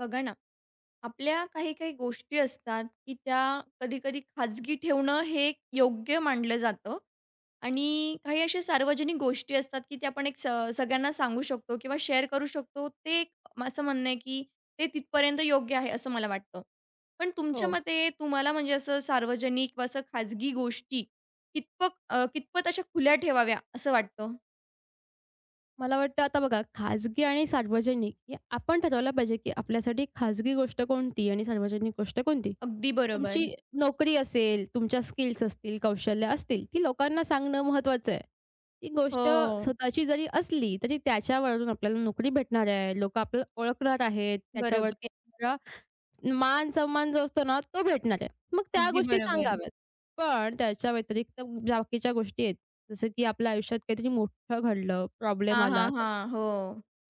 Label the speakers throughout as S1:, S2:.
S1: बघा ना, आपल्या काही काही गोष्टी असतात, की त्या कधी-कधी खाजगी ठेवणं हे योग्य मानलं जातं आणि काही अशा सार्वजनिक गोष्टी असतात, की त्या आपण एक स सगळ्यांना सांगू शकतो किंवा शेअर करू शकतो. ते एक असं म्हणणं आहे, की ते तिथपर्यंत योग्य आहे, असं मला वाटतं. पण
S2: हो.
S1: तुमच्या मते तुम्हाला म्हणजे असं सार्वजनिक किंवा असं खाजगी गोष्टी कितपत अशा खुल्या ठेवाव्या असं वाटतं?
S2: मला वाटतं आता बघा खाजगी आणि सार्वजनिक हे आपण ठरवलं पाहिजे, की आपल्यासाठी खाजगी गोष्ट कोणती आणि सार्वजनिक गोष्ट कोणती.
S1: अगदी
S2: तुमची
S1: बरोबर.
S2: नोकरी असेल, तुमच्या स्किल्स असतील, कौशल्य असतील, ती लोकांना सांगणं महत्त्वाचं आहे. ती गोष्ट
S1: हो,
S2: स्वतःची जरी असली, तरी त्याच्यावरून आपल्याला नोकरी भेटणार आहे, लोकं आपल्याला ओळखणार आहेत,
S1: बरोबर.
S2: त्याच्यावरती मान-सन्मान जो असतो ना, तो भेटणार आहे. मग त्या
S1: अगदी
S2: गोष्टी
S1: बरोबर.
S2: सांगाव्यात. पण त्याच्या व्यतिरिक्त बाकीच्या गोष्टी आहेत. जसं की आपल्या आयुष्यात काहीतरी मोठं घडलं, प्रॉब्लेम
S1: हां, हां,
S2: आला,
S1: हां. हो.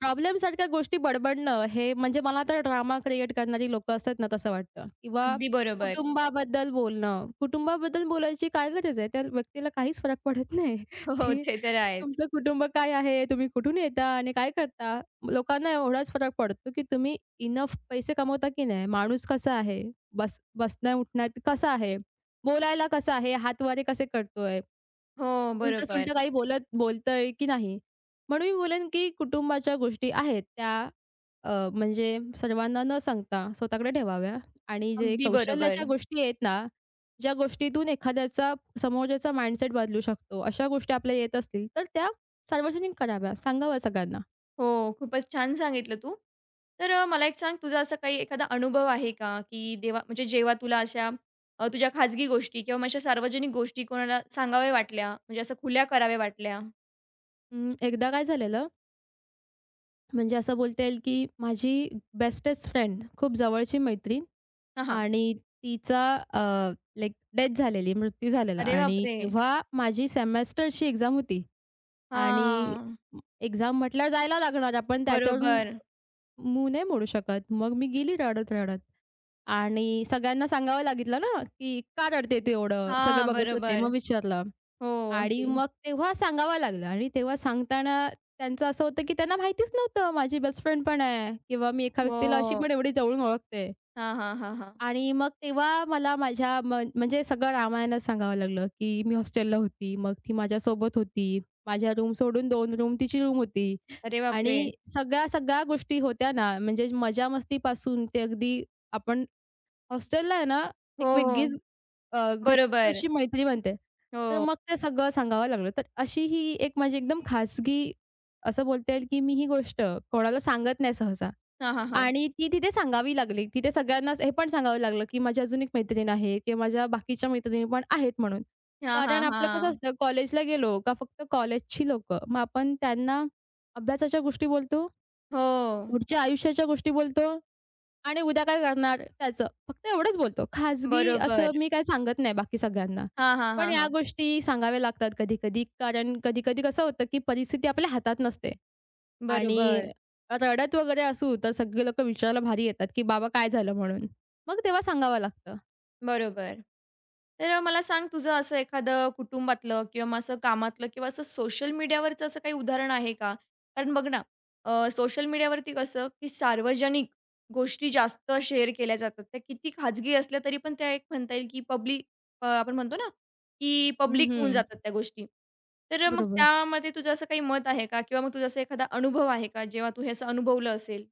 S2: प्रॉब्लेमसारख्या गोष्टी बडबडणं हे म्हणजे मला तर ड्रामा क्रिएट करणारी लोकं असतात ना तसं वाटतं किंवा
S1: अगदी बरोबर.
S2: कुटुंबाबद्दल बोलणं. कुटुंबाबद्दल बोलायची काय गरज आहे? त्या व्यक्तीला काहीच फरक पडत नाही,
S1: हो, हो.
S2: की
S1: ते तर आहेच.
S2: तुमचं कुटुंब काय आहे? तुम्ही कुठून येता आणि काय करता? लोकांना एवढाच फरक पडतो, की तुम्ही इनफ पैसे कमवता की नाही? माणूस कसा आहे? बस बसण्या-उठण्यात कसा आहे? बोलायला कसा आहे? हातवारे कसे करतोय?
S1: हो, बरोबर.
S2: उलटं-सुलटं काही बोलत बोलतंय की नाही? म्हणून मी बोलेन की कुटुंबाच्या गोष्टी आहेत त्या म्हणजे सर्वांना न सांगता स्वतःकडे ठेवाव्या आणि जे
S1: अगदी बरोबर.
S2: कौशल्याच्या गोष्टी आहेत ना, ज्या गोष्टीतून एखाद्याचा समोरच्याचा माइंडसेट बदलू शकतो, अशा गोष्टी आपल्या येत असतील, तर त्या सार्वजनिक कराव्या, सांगाव्या सगळ्यांना.
S1: हो, खूपच छान सांगितलं तू. तर मला एक सांग तुझा असा काही एखादा अनुभव आहे का? की देवा म्हणजे जेव्हा तुला अशा तुझ्या खाजगी गोष्टी किंवा मग अशा सार्वजनिक गोष्टी कोणाला सांगाव्या वाटल्या, म्हणजे असं खुल्या कराव्या वाटल्या?
S2: एकदा काय झालेलं, म्हणजे असं बोलता येईल की माझी बेस्टेस्ट फ्रेंड, खूप जवळची मैत्रीण
S1: हां, हां.
S2: आणि तिचा लाइक डेथ झालेली, मृत्यू झालेला
S1: अरे
S2: आणि
S1: बापरे!
S2: तेव्हा माझी सेमेस्टरची एक्झाम होती आणि
S1: हां.
S2: एक्झाम म्हटल्यावर जायला लागणार आपण त्याच्यावरून
S1: बरोबर.
S2: मूव नाही मोडू शकत. मग मी गेली रडत-रडत आणि सगळ्यांना सांगावं लागितलं ना, की "का रडते तू एवढं?" सगळे
S1: हां,
S2: बघत होते.
S1: बरोबर.
S2: मग विचारलं
S1: हो,
S2: आणि
S1: अगदी.
S2: मग तेव्हा सांगावं लागलं आणि तेव्हा सांगताना त्यांचं असं होतं, की त्यांना माहितीच नव्हतं माझी बेस्ट फ्रेंड पण आहे किंवा मी एका व्यक्तीला अशी
S1: हो.
S2: पण एवढी जवळून ओळखते.
S1: हां, हां, हां, हां.
S2: आणि मग तेव्हा मला माझ्या म्हणजे सगळं रामायणच सांगावं लागलं, की मी हॉस्टेलला होती. मग ती माझ्यासोबत होती. माझ्या रूम सोडून 2 रूम तिची रूम होती.
S1: अरे
S2: आणि
S1: बापरे!
S2: सगळ्या, सगळ्या गोष्टी होत्या ना, म्हणजे मजा-मस्तीपासून ते अगदी आपण हॉस्टेलला आहे ना,
S1: हो,
S2: एक
S1: हो.
S2: वेगळीच घट्ट
S1: बरोबर.
S2: अशी मैत्री बनते. तर
S1: हो.
S2: मग ते सगळं सांगावं लागलं. तर अशी ही एक माझी एकदम खाजगी असं बोलता येईल, की मी ही गोष्ट कोणाला सांगत नाही सहसा.
S1: हां, हां, हां.
S2: आणि ती तिथे सांगावी लागली. तिथे सगळ्यांनाच हे पण सांगावं लागलं, की माझी अजून एक मैत्रीण आहे किंवा माझ्या बाकीच्या मैत्रिणी पण आहेत म्हणून.
S1: हां, हां,
S2: कारण आपलं कसं
S1: हां.
S2: असतं कॉलेजला गेलो का फक्त कॉलेजची लोकं. मग आपण त्यांना अभ्यासाच्या गोष्टी बोलतो,
S1: हो,
S2: पुढच्या आयुष्याच्या गोष्टी बोलतो आणि उद्या काय करणार त्याचं. फक्त एवढंच बोलतो. खाजगी असं
S1: बरोबर.
S2: मी काही सांगत नाही बाकी सगळ्यांना.
S1: हां, हां,
S2: पण
S1: हां,
S2: या
S1: हां.
S2: गोष्टी सांगाव्या लागतात कधी-कधी कारण कधी-कधी कसं होतं, की परिस्थिती आपल्या हातात नसते. आणि
S1: बरोबर,
S2: रडत वगैरे असू, तर सगळे लोकं विचारायला भारी येतात, की "बाबा काय झालं?" म्हणून. मग तेव्हा सांगावं लागतं.
S1: बरोबर. तर मला सांग तुझं असं एखादं कुटुंबातलं किंवा मग असं कामातलं किंवा असं सोशल मीडियावरचं असं काही उदाहरण आहे का? कारण बघ ना, सोशल मीडियावरती कसं की सार्वजनिक गोष्टी जास्त शेअर केल्या जातात. त्या किती खाजगी असल्या तरी पण त्या एक म्हणता येईल की पब्लिक, आपण म्हणतो ना, की
S2: हं,
S1: पब्लिक होऊन
S2: हं.
S1: जातात त्या गोष्टी. तर मग
S2: बरोबर.
S1: त्यामध्ये तुझं असं काही मत आहे का? किंवा मग तुझा असा एखादा अनुभव आहे का, जेव्हा तू हे असं अनुभवलं असेल?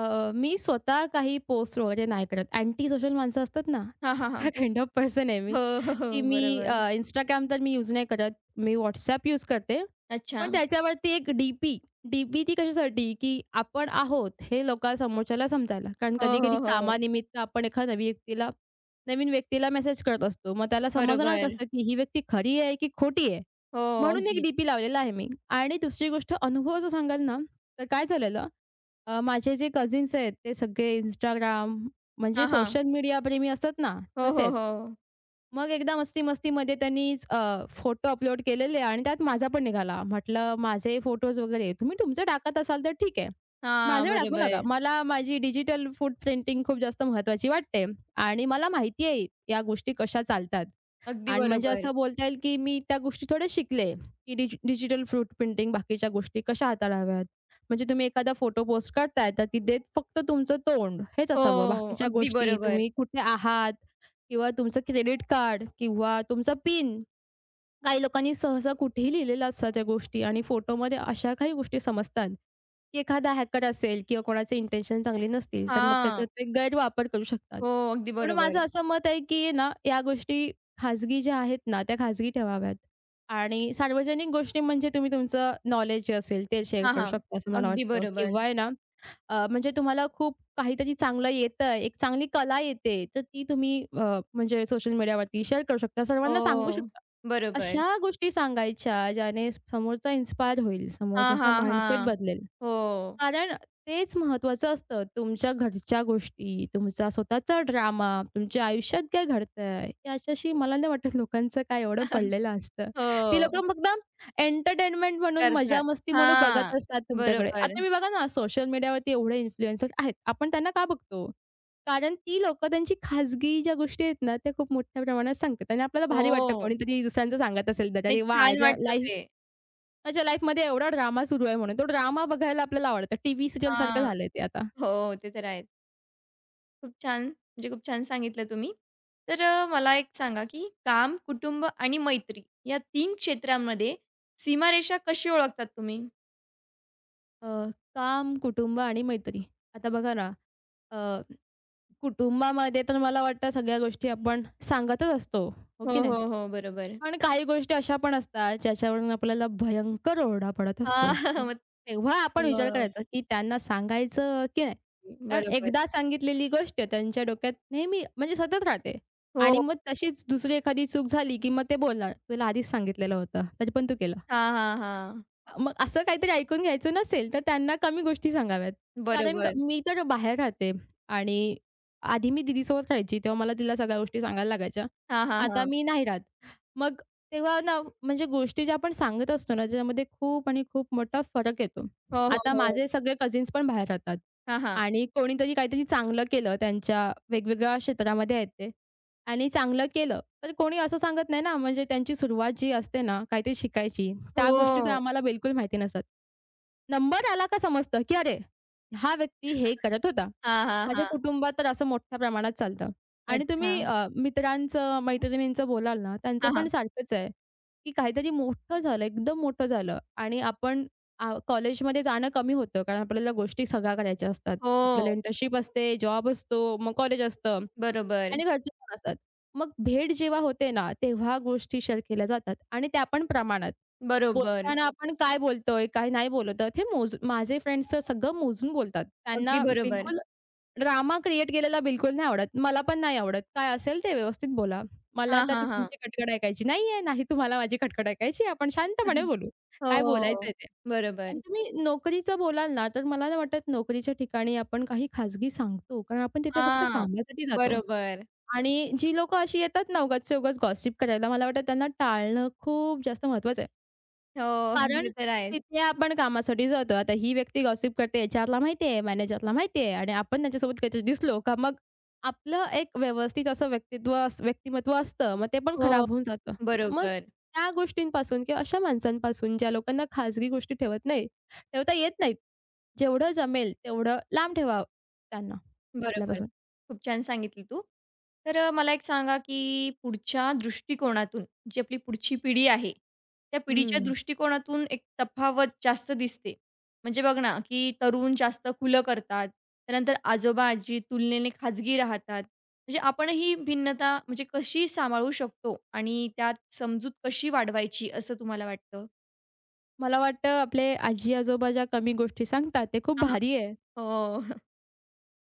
S2: मी स्वतः काही पोस्ट वगैरे नाही करत. अँटी सोशल माणसं असतात ना,
S1: हां, हां, हां.
S2: त्या काइंड ऑफ पर्सन आहे मी.
S1: हो, हो,
S2: की
S1: हो.
S2: मी
S1: बरोबर.
S2: Instagram तर मी यूज नाही करत. मी WhatsApp यूज करते.
S1: अच्छा.
S2: पण त्याच्यावरती एक डी-पी, डी-पी ती कशासाठी? की आपण आहोत हे लोका समोरच्याला समजायला. कारण
S1: हो,
S2: कधी-कधी
S1: हो, हो.
S2: कामानिमित्त आपण एखाद्या नवीन व्यक्तीला नवीन व्यक्तीला मेसेज करत असतो. मग त्याला समजणार
S1: बरोबर.
S2: कसं की ही व्यक्ती खरी आहे की खोटी आहे?
S1: हो,
S2: म्हणून एक
S1: अगदीच.
S2: डी लावलेला आहे मी. आणि दुसरी गोष्ट अनुभव जर सांगाल ना, तर काय झालेलं? माझे जे कझिन्स आहेत ते सगळे Instagram म्हणजे
S1: हां, हां.
S2: सोशल मीडिया प्रेमी असतात ना,
S1: हो, हो,
S2: तसे
S1: हो.
S2: मग एकदा मस्ती-मस्तीमध्ये त्यांनीच फोटो अपलोड केलेले आणि त्यात माझा पण निघाला. म्हटलं, "माझे फोटोज वगैरे तुम्ही तुमचे टाकत असाल तर ठीक आहे.
S1: हां,
S2: माझे टाकू
S1: बरोबर.
S2: नका. मला माझी डिजिटल फूड प्रिंटिंग खूप जास्त महत्वाची वाटते आणि मला माहिती आहे या गोष्टी कशा चालतात."
S1: अगदी
S2: आणि म्हणजे
S1: बरोबर.
S2: असं बोलता येईल, की मी त्या गोष्टी थोडे शिकले, की डिजिटल फूटप्रिंटिंग बाकीच्या गोष्टी कशा हाताळाव्यात. म्हणजे तुम्ही एखादा फोटो पोस्ट करताय, तर तिथे फक्त तुमचं तोंड हेच
S1: हो,
S2: असावं. बाकीच्या
S1: अगदी
S2: गोष्टी
S1: बरोबर.
S2: तुम्ही कुठे आहात, किंवा तुमचं क्रेडिट कार्ड किंवा तुमचा पिन. काही लोकांनी सहसा कुठेही लिहिलेलं असतात त्या गोष्टी आणि फोटोमध्ये अशा काही गोष्टी समजतात, की एखादा हॅकर असेल किंवा कोणाचे इंटेन्शन चांगले नसतील, तर मग त्याचा
S1: हां.
S2: ते गैरवापर करू शकतात.
S1: हो, अगदी
S2: पण माझं
S1: बरोबर.
S2: असं मत आहे, की ना, या गोष्टी खाजगी ज्या आहेत ना, त्या खाजगी ठेवाव्यात आणि सार्वजनिक गोष्टी म्हणजे तुम्ही तुमचं नॉलेज जे असेल ते शेअर
S1: हां,
S2: करू
S1: हां.
S2: शकता, असं मला
S1: अगदी
S2: वाटतं
S1: बरोबर.
S2: किंवा आहे ना म्हणजे तुम्हाला खूप काहीतरी चांगलं येतंय, एक चांगली कला येते, तर ती तुम्ही म्हणजे सोशल मीडियावरती शेअर करू शकता, सर्वांना सांगू
S1: हो,
S2: शकता.
S1: बरोबर.
S2: अशा गोष्टी सांगायच्या ज्याने समोरचा इन्स्पायर होईल,
S1: हां,
S2: समोरच्याचा
S1: हां,
S2: माइंडसेट
S1: हां.
S2: बदलेल.
S1: हो.
S2: कारण तेच महत्त्वाचं असतं. तुमच्या घरच्या गोष्टी, तुमचा स्वतःचा ड्रामा, तुमच्या आयुष्यात काय घडतंय, याच्याशी मला नाही वाटत लोकांचं काय एवढं पडलेलं असतं.
S1: हो,
S2: ती लोकं फक्त एंटरटेनमेंट म्हणून,
S1: करतात.
S2: मजा-मस्ती म्हणून
S1: हां,
S2: बघत असतात तुमच्याकडे.
S1: बरोबर.
S2: आता तुम्ही बघा ना, सोशल मीडियावरती एवढे इन्फ्लुएन्सर आहेत. आपण त्यांना का बघतो? कारण ती लोकं त्यांची खाजगी ज्या गोष्टी आहेत ना, त्या खूप मोठ्या प्रमाणात सांगतात आणि आपल्याला भारी वाटतं
S1: हो
S2: कोणीतरी दुसऱ्यांचं सांगत असेल तर,
S1: आणि
S2: "अरे वाह!
S1: छान
S2: याच्या
S1: वाटतं
S2: लाईफ
S1: ते.
S2: माझ्या लाईफमध्ये एवढा ड्रामा सुरू आहे म्हणून. तो ड्रामा बघायला आपल्याला आवडतं. टीव्ही सीरियलसारखं
S1: हां.
S2: झालंय ते आता.
S1: हो, ते तर आहेच. खूप छान म्हणजे खूप छान सांगितलं तुम्ही. तर मला एक सांगा, की काम, कुटुंब आणि मैत्री या 3 क्षेत्रांमध्ये सीमारेषा कशी ओळखतात तुम्ही?
S2: अ, काम, कुटुंब आणि मैत्री. आता बघा ना, अ, कुटुंबामध्ये तर मला वाटतं सगळ्या गोष्टी आपण सांगतच असतो, हो
S1: हो,
S2: की नाही?
S1: हो, हो. बरोबर.
S2: पण काही गोष्टी अशा पण असतात, ज्याच्यावरून आपल्याला भयंकर ओरडा पडत
S1: हां.
S2: असतो. मग
S1: मग
S2: तेव्हा आपण विचार
S1: अ,
S2: करायचा, की त्यांना सांगायचं की नाही? कारण
S1: बरोबर.
S2: एकदा सांगितलेली गोष्ट त्यांच्या डोक्यात नेहमी म्हणजे सतत राहते आणि
S1: हो.
S2: मग तशीच दुसरी एखादी चूक झाली, की मग ते बोलणार, "तुला आधीच सांगितलेलं होतं, तरी पण तू केलं."
S1: हां, हां, हां.
S2: मग असं काहीतरी ऐकून घ्यायचं नसेल, तर त्यांना कमी गोष्टी सांगाव्यात. कारण
S1: बरोबर.
S2: मी तर बाहेर राहते आणि आधी मी दीदीसोबत राहायची, तेव्हा मला तिला सगळ्या गोष्टी सांगायला लागायच्या.
S1: हां, हां,
S2: आता
S1: हां.
S2: मी नाही राहत. मग तेव्हा ना म्हणजे गोष्टी ज्या आपण सांगत असतो ना, त्याच्यामध्ये खूप आणि खूप मोठा फरक येतो.
S1: हो, हो,
S2: आता
S1: हो.
S2: माझे सगळे कझिन्स पण बाहेर राहतात
S1: हां, हां.
S2: आणि कोणीतरी काहीतरी चांगलं केलं त्यांच्या वेगवेगळ्या क्षेत्रामध्ये आहेत ते आणि चांगलं केलं तर कोणी असं सांगत नाही ना, म्हणजे त्यांची सुरुवात जी असते ना, काहीतरी शिकायची, त्या गोष्टीचं
S1: हो.
S2: आम्हाला बिलकुल माहिती नसत. नंबर आला का समजतं, की अरे, हा व्यक्ती हे करत होता.
S1: हां, हां,
S2: माझ्या
S1: हां.
S2: कुटुंबात तर असं मोठ्या प्रमाणात चालतं. आणि
S1: अच्छा.
S2: तुम्ही मित्रांचं, मैत्रिणींचं बोलाल ना, त्यांचं
S1: हां, हां.
S2: पण सारखंच आहे, की काहीतरी मोठं झालं, एकदम मोठं झालं आणि आपण कॉलेजमध्ये जाणं कमी होतं, कारण आपल्याला गोष्टी सगळ्या करायच्या असतात. आपल्याला
S1: हो.
S2: इंटर्नशिप असते, जॉब असतो, मग कॉलेज असतं.
S1: बरोबर.
S2: आणि घरचे पण असतात. मग भेट जेव्हा होते ना, तेव्हा गोष्टी शेअर केल्या जातात आणि त्या पण प्रमाणात.
S1: बरोबर.
S2: बोलताना आपण काय बोलतोय, काय नाही बोलत आहोत हे माझे फ्रेंड्स तर सगळं मोजून बोलतात.
S1: अगदी
S2: त्यांना
S1: बरोबर.
S2: बिलकुल ड्रामा क्रिएट केलेला बिलकुल नाही आवडत. मला पण नाही आवडत. काय असेल ते व्यवस्थित बोला. मला
S1: हां,
S2: आता
S1: हां, हां.
S2: तुमची कटकट ऐकायची नाहीये, नाही तुम्हाला माझी कटकट ऐकायची. आपण शांतपणे बोलू. काय
S1: हो.
S2: बोलायचंय ते. आणि
S1: बरोबर.
S2: तुम्ही नोकरीचं बोलाल ना, तर मला नाही वाटत नोकरीच्या ठिकाणी आपण काही खाजगी सांगतो. कारण आपण तिथे फक्त
S1: हां,
S2: कामासाठी जातो.
S1: बरोबर.
S2: आणि जी लोकं अशी येतात ना उगाचच्या उगाच गॉसिप करायला, मला वाटतं त्यांना टाळणं खूप जास्त महत्त्वाचं आहे.
S1: हो, ते
S2: कारण
S1: तर आहेच.
S2: तिथे आपण कामासाठी जातो. आता ही व्यक्ती गॉसिप करते, एचआरला माहिती आहे, मॅनेजरला माहिती आहे आणि आपण त्यांच्यासोबत कधी दिसलो का मग आपलं एक व्यवस्थित असं व्यक्तिमत्व असतं. मग ते पण
S1: हो,
S2: खराब होऊन जातं. मग
S1: बरोबर,
S2: त्या गोष्टींपासून किंवा अशा माणसांपासून ज्या लोकांना खाजगी गोष्टी ठेवत नाही ठेवता येत नाहीत, जेवढं जमेल तेवढं लांब ठेवावं त्यांना
S1: बरोबर.
S2: आपल्यापासून.
S1: खूप छान सांगितली तू. तर मला एक सांगा, की पुढच्या दृष्टिकोनातून जी आपली पुढची पिढी आहे, त्या पिढीच्या
S2: हं.
S1: दृष्टिकोनातून एक तफावत जास्त दिसते. म्हणजे बघ ना, की तरुण जास्त खुलं करतात, त्यानंतर आजोबा-आजी तुलनेने खाजगी राहतात. म्हणजे आपण ही भिन्नता म्हणजे कशी सांभाळू शकतो आणि त्यात समजूत कशी वाढवायची असं तुम्हाला वाटतं?
S2: मला वाटतं आपले आजी-आजोबा ज्या कमी गोष्टी सांगतात, ते खूप
S1: हां,
S2: भारी आहे.
S1: हो.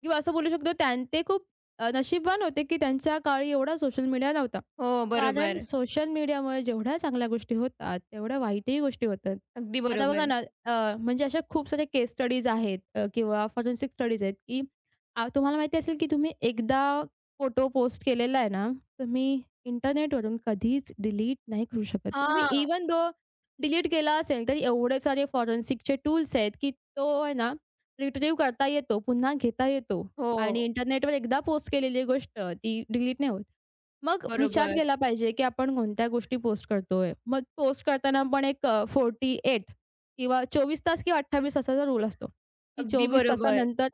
S2: किंवा असं बोलू शकतो ते खूप नशीबवान होते, की त्यांच्या काळी एवढा सोशल मीडिया नव्हता.
S1: हो,
S2: कारण
S1: बरोबर.
S2: सोशल मीडियामुळे जेवढ्या चांगल्या गोष्टी होतात, तेवढ्या वाईटही गोष्टी होतात.
S1: अगदी
S2: आता बघा
S1: बरोबर.
S2: ना, म्हणजे अशा खूप साऱ्या केस स्टडीज आहेत किंवा फॉरेन्सिक स्टडीज आहेत, की तुम्हाला माहिती असेल, की तुम्ही एकदा फोटो पोस्ट केलेला आहे ना, तुम्ही इंटरनेटवरून कधीच डिलीट नाही करू शकत. तुम्ही
S1: हां.
S2: इव्हन दो डिलीट केला असेल, तरी एवढे सारे फॉरेन्सिकचे टूल्स आहेत, की तो आहे ना रिट्रीव्ह करता येतो, पुन्हा घेता येतो आणि
S1: हो,
S2: इंटरनेटवर एकदा पोस्ट केलेली गोष्ट ती डिलीट नाही होत. मग विचार
S1: बरोबर.
S2: केला पाहिजे, की आपण कोणत्या गोष्टी पोस्ट करतोय. मग पोस्ट करताना पण एक 48 किंवा 24 तास किंवा 28 तासाचा रूल असतो, की
S1: अगदी
S2: 24
S1: बरोबर.
S2: तासानंतर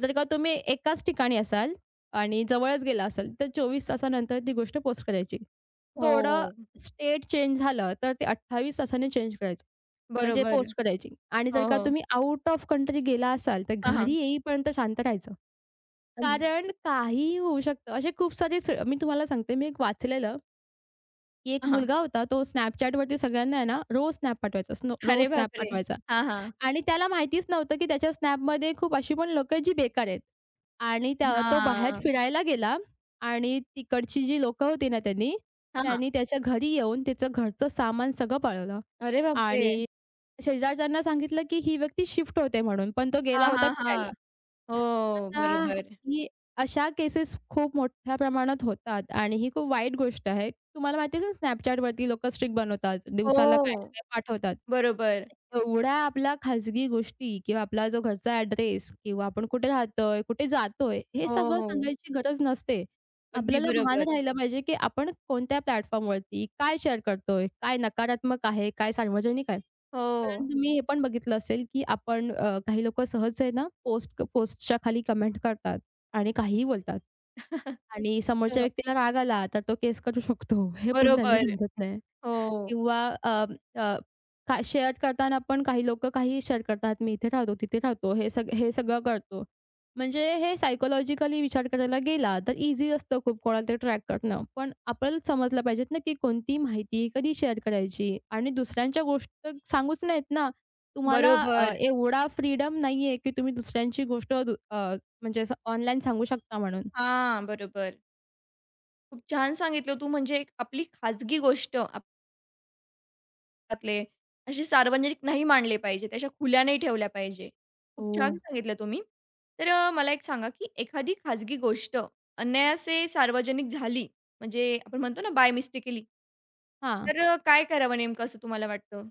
S2: जर का तुम्ही एकाच ठिकाणी असाल आणि जवळच गेला असाल, तर 24 तासानंतर ती गोष्ट पोस्ट करायची. थोडं
S1: हो,
S2: स्टेट चेंज झालं, तर ते 28 तासांनी चेंज करायचं. म्हणजे
S1: बरोबर.
S2: पोस्ट करायची आणि जर
S1: हो,
S2: का
S1: हो.
S2: तुम्ही आउट ऑफ कंट्री गेला असाल, तर
S1: हां, हां.
S2: घरी येईपर्यंत शांत राहायचं.
S1: अग
S2: कारण काहीही होऊ शकतं. असे खूप सारे, मी तुम्हाला सांगते, मी एक वाचलेलं, की एक
S1: हां. हां.
S2: मुलगा होता, तो Snapchatवरती सगळ्यांना आहे ना, रोज स्नॅप पाठवायचा,
S1: अरे
S2: रोज स्नॅप
S1: बापरे!
S2: पाठवायचा
S1: हां, हां.
S2: आणि त्याला माहितीच नव्हतं, की त्याच्या स्नॅपमध्ये खूप अशी पण लोकं जी बेकार आहेत आणि त्या तो बाहेर
S1: हां.
S2: फिरायला गेला आणि तिकडची जी लोकं होती ना त्यांनी,
S1: हां, हां.
S2: त्यांनी त्याच्या घरी येऊन त्याचं घरचं सामान सगळं पळवलं
S1: अरे बापरे!
S2: आणि शेजारच्यांना सांगितलं, की ही व्यक्ती शिफ्ट होते म्हणून, पण तो गेला
S1: हां,
S2: होता
S1: हां, हां.
S2: फिरायला.
S1: हो,
S2: हो, आता हो.
S1: बरोबर.
S2: ही अशा केसेस खूप मोठ्या प्रमाणात होतात आणि ही खूप वाईट गोष्ट आहे. तुम्हाला माहिती असेल Snapchatवरती लोकं स्ट्रिक बनवतात, दिवसाला काय ना
S1: हो,
S2: काय पाठवतात.
S1: बरोबर.
S2: एवढ्या आपल्या खाजगी गोष्टी किंवा आपला जो घरचा ॲड्रेस किंवा आपण कुठे राहतोय, कुठे जातोय, हे सगळं
S1: हो,
S2: सांगायची गरज नसते.
S1: अगदी
S2: आपल्याला भान
S1: बरोबर.
S2: राहिलं पाहिजे, की आपण कोणत्या प्लॅटफॉर्मवरती काय शेअर करतोय, काय नकारात्मक आहे, काय सार्वजनिक आहे.
S1: हो.
S2: कारण तुम्ही हे पण बघितलं असेल, की आपण काही लोकं सहज आहे ना, पोस्टच्या खाली कमेंट करतात आणि काहीही बोलतात. आणि समोरच्या
S1: हं,
S2: व्यक्तीला राग आला, तर तो केस करू शकतो. हे पण त्यांना
S1: बरोबर.
S2: समजत नाही.
S1: हो,
S2: किंवा अ, अ, का शेअर करताना पण काही लोकं काहीही शेअर करतात. मी इथे राहतो, तिथे राहतो. हे सगळं करतो. म्हणजे हे सायकॉलॉजिकली विचार करायला गेला तर ईझी असतं खूप कोणाला तरी ट्रॅक करणं. पण आपल्याला समजलं पाहिजेत ना, की कोणती माहिती कधी शेअर करायची आणि दुसऱ्यांच्या गोष्ट सांगूच नाहीत ना. तुम्हाला
S1: बरोबर.
S2: एवढा फ्रीडम नाहीये, की तुम्ही दुसऱ्यांची गोष्ट म्हणजे ऑनलाईन सांगू शकता म्हणून.
S1: हां, बरोबर. खूप छान सांगितलं तू म्हणजे एक आपली खाजगी गोष्ट आप घरातले असे सार्वजनिक नाही मांडले पाहिजे, त्या अशा खुल्या नाही ठेवल्या पाहिजे. खूप
S2: हो.
S1: छान सांगितलं तुम्ही. तर मला एक सांगा, की एखादी खाजगी गोष्ट अनायासे सार्वजनिक झाली, म्हणजे आपण म्हणतो ना बाय मिस्टेकली,
S2: हां.
S1: तर काय करावं नेमकं असं तुम्हाला वाटतं?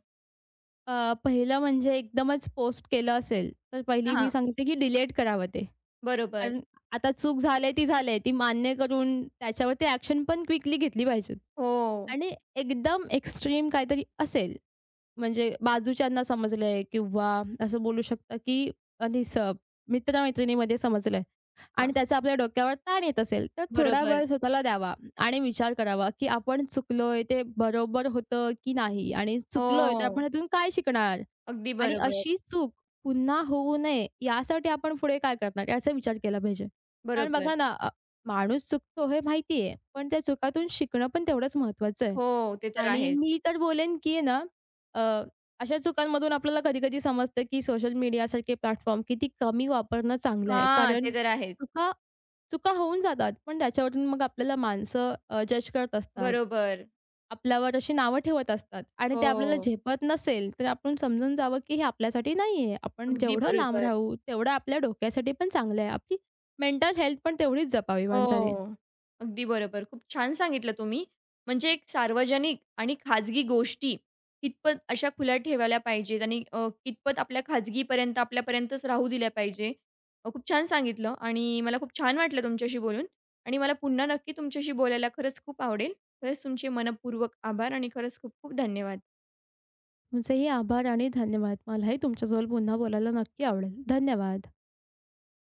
S2: पहिलं म्हणजे एकदमच पोस्ट केलं असेल, तर
S1: हां,
S2: पहिली मी
S1: हां.
S2: सांगते की डिलीट करावं ते.
S1: बरोबर.
S2: कारण आता चूक झाली ती झाली. ती मान्य करून त्याच्यावरती ॲक्शन पण क्विकली घेतली पाहिजे.
S1: हो.
S2: आणि एकदम एक्स्ट्रीम काहीतरी असेल, म्हणजे बाजूच्यांना समजलंय किंवा असं बोलू शकता, की आणि मित्र-मैत्रिणीमध्ये समजलंय आणि
S1: हां.
S2: त्याचा आपल्या डोक्यावर ताण येत असेल, तर थोडा
S1: बरोबर.
S2: वेळ स्वतःला द्यावा आणि विचार करावा, की आपण चुकलोय ते बरोबर होतं की नाही आणि चुकलोय तर
S1: हो.
S2: आपण यातून काय शिकणार?
S1: अगदी
S2: आणि
S1: बरोबर.
S2: अशी चूक पुन्हा होऊ नये यासाठी आपण पुढे काय करणार याचा विचार केला पाहिजे. कारण
S1: बरोबर.
S2: बघा ना, माणूस चुकतो हे माहिती आहे, पण त्या चुकातून शिकणं पण तेवढंच महत्त्वाचं आहे.
S1: हो, ते तर
S2: आणि
S1: आहेच.
S2: मी तर बोलेन, की आहे ना अ, अशा चुकांमधून आपल्याला कधी-कधी समजतं, की सोशल मीडियासारखे प्लॅटफॉर्म किती कमी वापरणं चांगलं आहे.
S1: हां, ते
S2: कारण
S1: तर आहेच.
S2: चुका चुका होऊन जातात, पण त्याच्यावरून मग आपल्याला माणसं जज करत असतात.
S1: बरोबर.
S2: आपल्यावर अशी नावं ठेवत असतात आणि ते आपल्याला
S1: हो.
S2: झेपत नसेल, तर आपण समजून जावं, की हे आपल्यासाठी नाही आहे. आपण
S1: अगदी
S2: जेवढं लांब
S1: बरोबर.
S2: राहू, तेवढं आपल्या डोक्यासाठी पण चांगलं आहे. आपली मेंटल हेल्थ पण तेवढीच जपावी माणसाने.
S1: हो. अगदी बरोबर. खूप छान सांगितलं तुम्ही. म्हणजे एक सार्वजनिक आणि खाजगी गोष्टी कितपत अशा खुल्या ठेवायला पाहिजेत आणि कितपत आपल्या आपल्यापर्यंतच राहू दिल्या पाहिजे. खूप छान सांगितलं आणि मला खूप छान वाटलं तुमच्याशी बोलून आणि मला पुन्हा नक्की तुमच्याशी बोलायला खरंच खूप आवडेल. खरंच तुमचे मनःपूर्वक आभार आणि खरंच खूप खूप धन्यवाद.
S2: तुमचेही आभार आणि धन्यवाद. मलाही तुमच्यासोबत पुन्हा बोलायला नक्की आवडेल. धन्यवाद.